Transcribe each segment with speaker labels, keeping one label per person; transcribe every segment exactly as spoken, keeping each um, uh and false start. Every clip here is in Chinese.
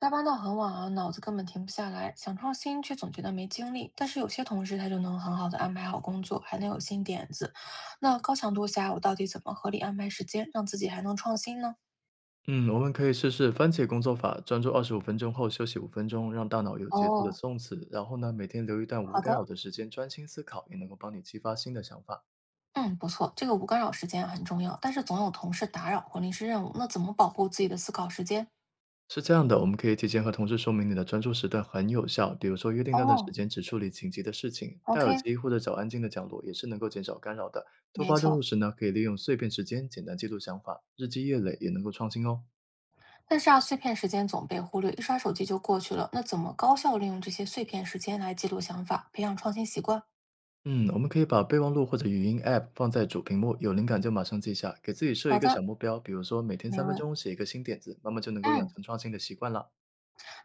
Speaker 1: 加班到很晚啊，脑子根本停不下来，想创新却总觉得没精力。但是有些同事他就能很好的安排好工作，还能有新点子。那高强度下，我到底怎么合理安排时间，让自己还能创新呢？
Speaker 2: 嗯，我们可以试试番茄工作法，专注二十五分钟后休息五分钟，让大脑有节奏的
Speaker 1: 哦，
Speaker 2: 送词。然后呢，每天留一段无
Speaker 1: 好
Speaker 2: 干扰
Speaker 1: 的，
Speaker 2: 的时间专心思考，也能够帮你激发新的想法。
Speaker 1: 嗯，不错，这个无干扰时间很重要，但是总有同事打扰或临时任务，那怎么保护自己的思考时间？
Speaker 2: 是这样的，我们可以提前和同事说明你的专注时段很有效，比如说约定那段时
Speaker 1: 哦
Speaker 2: 间只处理紧急的事情，戴耳
Speaker 1: ，OK，
Speaker 2: 机或者找安静的角落也是能够减少干扰的。突
Speaker 1: 没
Speaker 2: 发任务
Speaker 1: 错，
Speaker 2: 时呢，可以利用碎片时间简单记录想法，日积月累也能够创新哦。
Speaker 1: 但是啊，碎片时间总被忽略，一刷手机就过去了。那怎么高效利用这些碎片时间来记录想法，培养创新习惯？
Speaker 2: 嗯，我们可以把备忘录或者语音 App 放在主屏幕，有灵感就马上记下，给自己设一
Speaker 1: 好
Speaker 2: 个小
Speaker 1: 的，
Speaker 2: 目标，比如说每天
Speaker 1: 没
Speaker 2: 三分
Speaker 1: 问题。
Speaker 2: 钟写一个新点子，慢慢就能够养
Speaker 1: 嗯，
Speaker 2: 成创新的习惯了。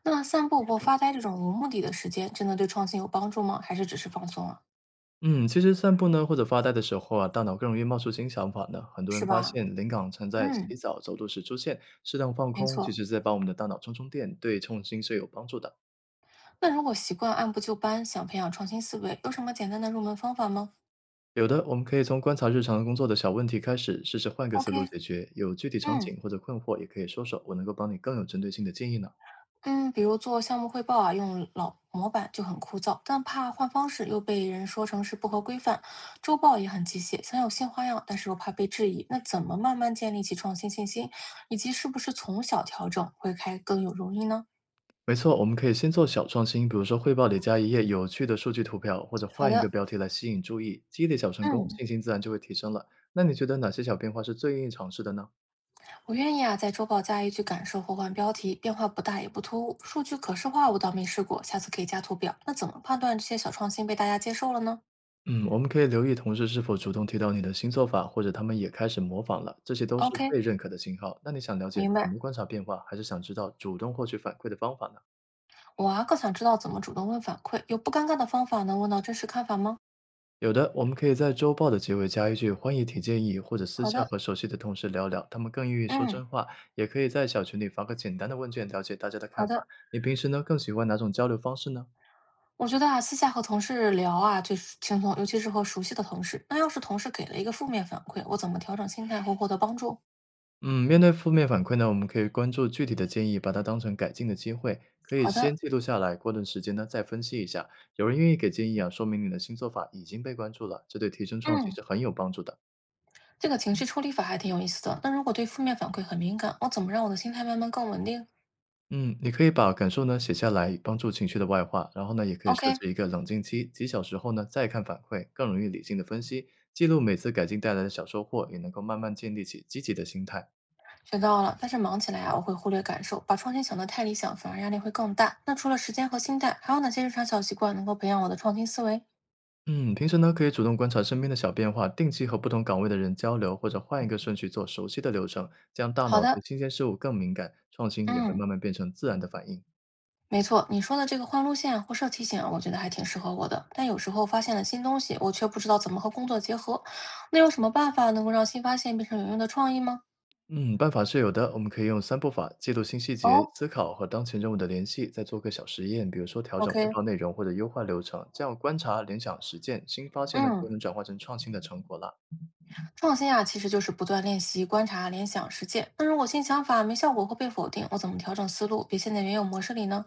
Speaker 1: 那散步或发呆这种无目的的时间，真的对创新有帮助吗？还是只是放松啊？
Speaker 2: 嗯，其实散步呢或者发呆的时候啊，大脑更容易冒出新想法呢。很多人
Speaker 1: 是
Speaker 2: 发
Speaker 1: 吧？
Speaker 2: 现灵感常在洗
Speaker 1: 嗯，
Speaker 2: 澡、走路时出现，适当放
Speaker 1: 没
Speaker 2: 空，其
Speaker 1: 错。
Speaker 2: 实在帮我们的大脑充充电，对创新是有帮助的。
Speaker 1: 那如果习惯按部就班，想培养创新思维，有什么简单的入门方法吗
Speaker 2: 有的，我们可以从观察日常工作的小问题开始，试试换个思路
Speaker 1: ？OK，
Speaker 2: 解决。有具体场
Speaker 1: 嗯
Speaker 2: 景或者困惑，也可以说说，我能够帮你更有针对性的建议呢。
Speaker 1: 嗯，比如做项目汇报啊，用老模板就很枯燥，但怕换方式又被人说成是不合规范。周报也很机械，想有新花样，但是又怕被质疑。那怎么慢慢建立起创新信心，以及是不是从小调整会开更有容易呢？
Speaker 2: 没错，我们可以先做小创新，比如说汇报里加一页有趣的数据图表，或者
Speaker 1: 好
Speaker 2: 换一个
Speaker 1: 的，
Speaker 2: 标题来吸引注意，积累小成功，
Speaker 1: 嗯。
Speaker 2: 信心自然就会提升了。那你觉得哪些小变化是最愿意尝试的呢？
Speaker 1: 我愿意啊，在周报加一句感受或换标题，变化不大也不突兀。数据可视化我倒没试过，下次可以加图表。那怎么判断这些小创新被大家接受了呢
Speaker 2: 嗯，我们可以留意同事是否主动提到你的新做法，或者他们也开始模仿了，这些都是
Speaker 1: ？OK，
Speaker 2: 被认可的信号。那你想了解
Speaker 1: 明
Speaker 2: 怎
Speaker 1: 白。
Speaker 2: 么观察变化，还是想知道主动获取反馈的方法呢？
Speaker 1: 我啊更想知道怎么主动问反馈，有不尴尬的方法能问到真实看法吗？
Speaker 2: 有的，我们可以在周报的结尾加一句“欢迎提建议”，或者私
Speaker 1: 好
Speaker 2: 下
Speaker 1: 的，
Speaker 2: 和熟悉的同事聊聊，他们更愿意说
Speaker 1: 嗯，
Speaker 2: 真话。也可以在小群里发个简单的问卷，了解大家的看
Speaker 1: 好
Speaker 2: 法。
Speaker 1: 的。
Speaker 2: 你平时呢更喜欢哪种交流方式呢？
Speaker 1: 我觉得啊，私下和同事聊啊最轻松，尤其是和熟悉的同事。那要是同事给了一个负面反馈，我怎么调整心态或获得帮助？
Speaker 2: 嗯，面对负面反馈呢，我们可以关注具体的建议，把它当成改进的机会，可以
Speaker 1: 好
Speaker 2: 先
Speaker 1: 的，
Speaker 2: 记录下来，过段时间呢再分析一下。有人愿意给建议啊，说明你的新做法已经被关注了，这对提升创新
Speaker 1: 嗯，
Speaker 2: 是很有帮助的。
Speaker 1: 这个情绪处理法还挺有意思的。那如果对负面反馈很敏感，我怎么让我的心态慢慢更稳定
Speaker 2: 嗯，你可以把感受呢写下来，帮助情绪的外化。然后呢，也可以设
Speaker 1: ？OK，
Speaker 2: 置一个冷静期，几小时后呢再看反馈，更容易理性的分析，记录每次改进带来的小收获，也能够慢慢建立起积极的心态。
Speaker 1: 学到了。但是忙起来啊，我会忽略感受，把创新想得太理想，反而压力会更大。那除了时间和心态，还有哪些日常小习惯能够培养我的创新思维？
Speaker 2: 嗯，平时呢可以主动观察身边的小变化，定期和不同岗位的人交流，或者换一个顺序做熟悉的流程，这样大
Speaker 1: 好
Speaker 2: 脑
Speaker 1: 的，
Speaker 2: 对新鲜事物更敏感，创新也会
Speaker 1: 嗯，
Speaker 2: 慢慢变成自然的反应。
Speaker 1: 没错，你说的这个换路线啊或设提醒啊，我觉得还挺适合我的。但有时候发现了新东西，我却不知道怎么和工作结合。那有什么办法能够让新发现变成有用的创意吗？
Speaker 2: 嗯，办法是有的。我们可以用三步法，记录新细节、
Speaker 1: 哦
Speaker 2: 思考和当前任务的联系，再做个小实验，比如说调整汇
Speaker 1: ，OK，
Speaker 2: 报内容或者优化流程。这样观察、联想、实践，新发现呢就
Speaker 1: 嗯。
Speaker 2: 能转化成创新的成果了。
Speaker 1: 创新啊，其实就是不断练习、观察、联想、实践。那如果新想法没效果或被否定，我怎么调整思路，别陷在原有模式里呢？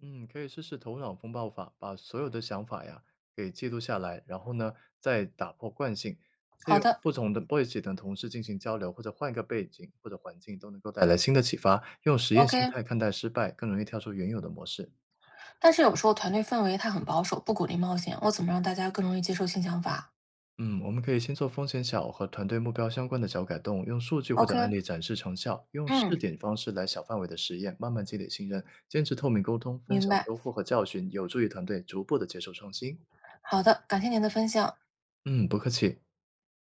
Speaker 2: 嗯，可以试试头脑风暴法，把所有的想法呀给记录下来，然后呢再打破惯性，借
Speaker 1: 好
Speaker 2: 用
Speaker 1: 的
Speaker 2: 不同的 o 背景等同事进行交流，或者换一个背景或者环境，都能够带来新的启发。用实验心
Speaker 1: ，OK。
Speaker 2: 态看待失败，更容易跳出原有的模式。
Speaker 1: 但是有时候团队氛围它很保守，不鼓励冒险，我怎么让大家更容易接受新想法
Speaker 2: 嗯，我们可以先做风险小和团队目标相关的小改动，用数据或者
Speaker 1: ？OK，
Speaker 2: 案例展示成效，用试
Speaker 1: 嗯，
Speaker 2: 点方式来小范围的实验，慢慢积累信任，坚持透明沟通，分
Speaker 1: 明
Speaker 2: 享
Speaker 1: 白。
Speaker 2: 收获和教训，有助于团队逐步的接受创新。
Speaker 1: 好的，感谢您的分享。
Speaker 2: 嗯，不客气。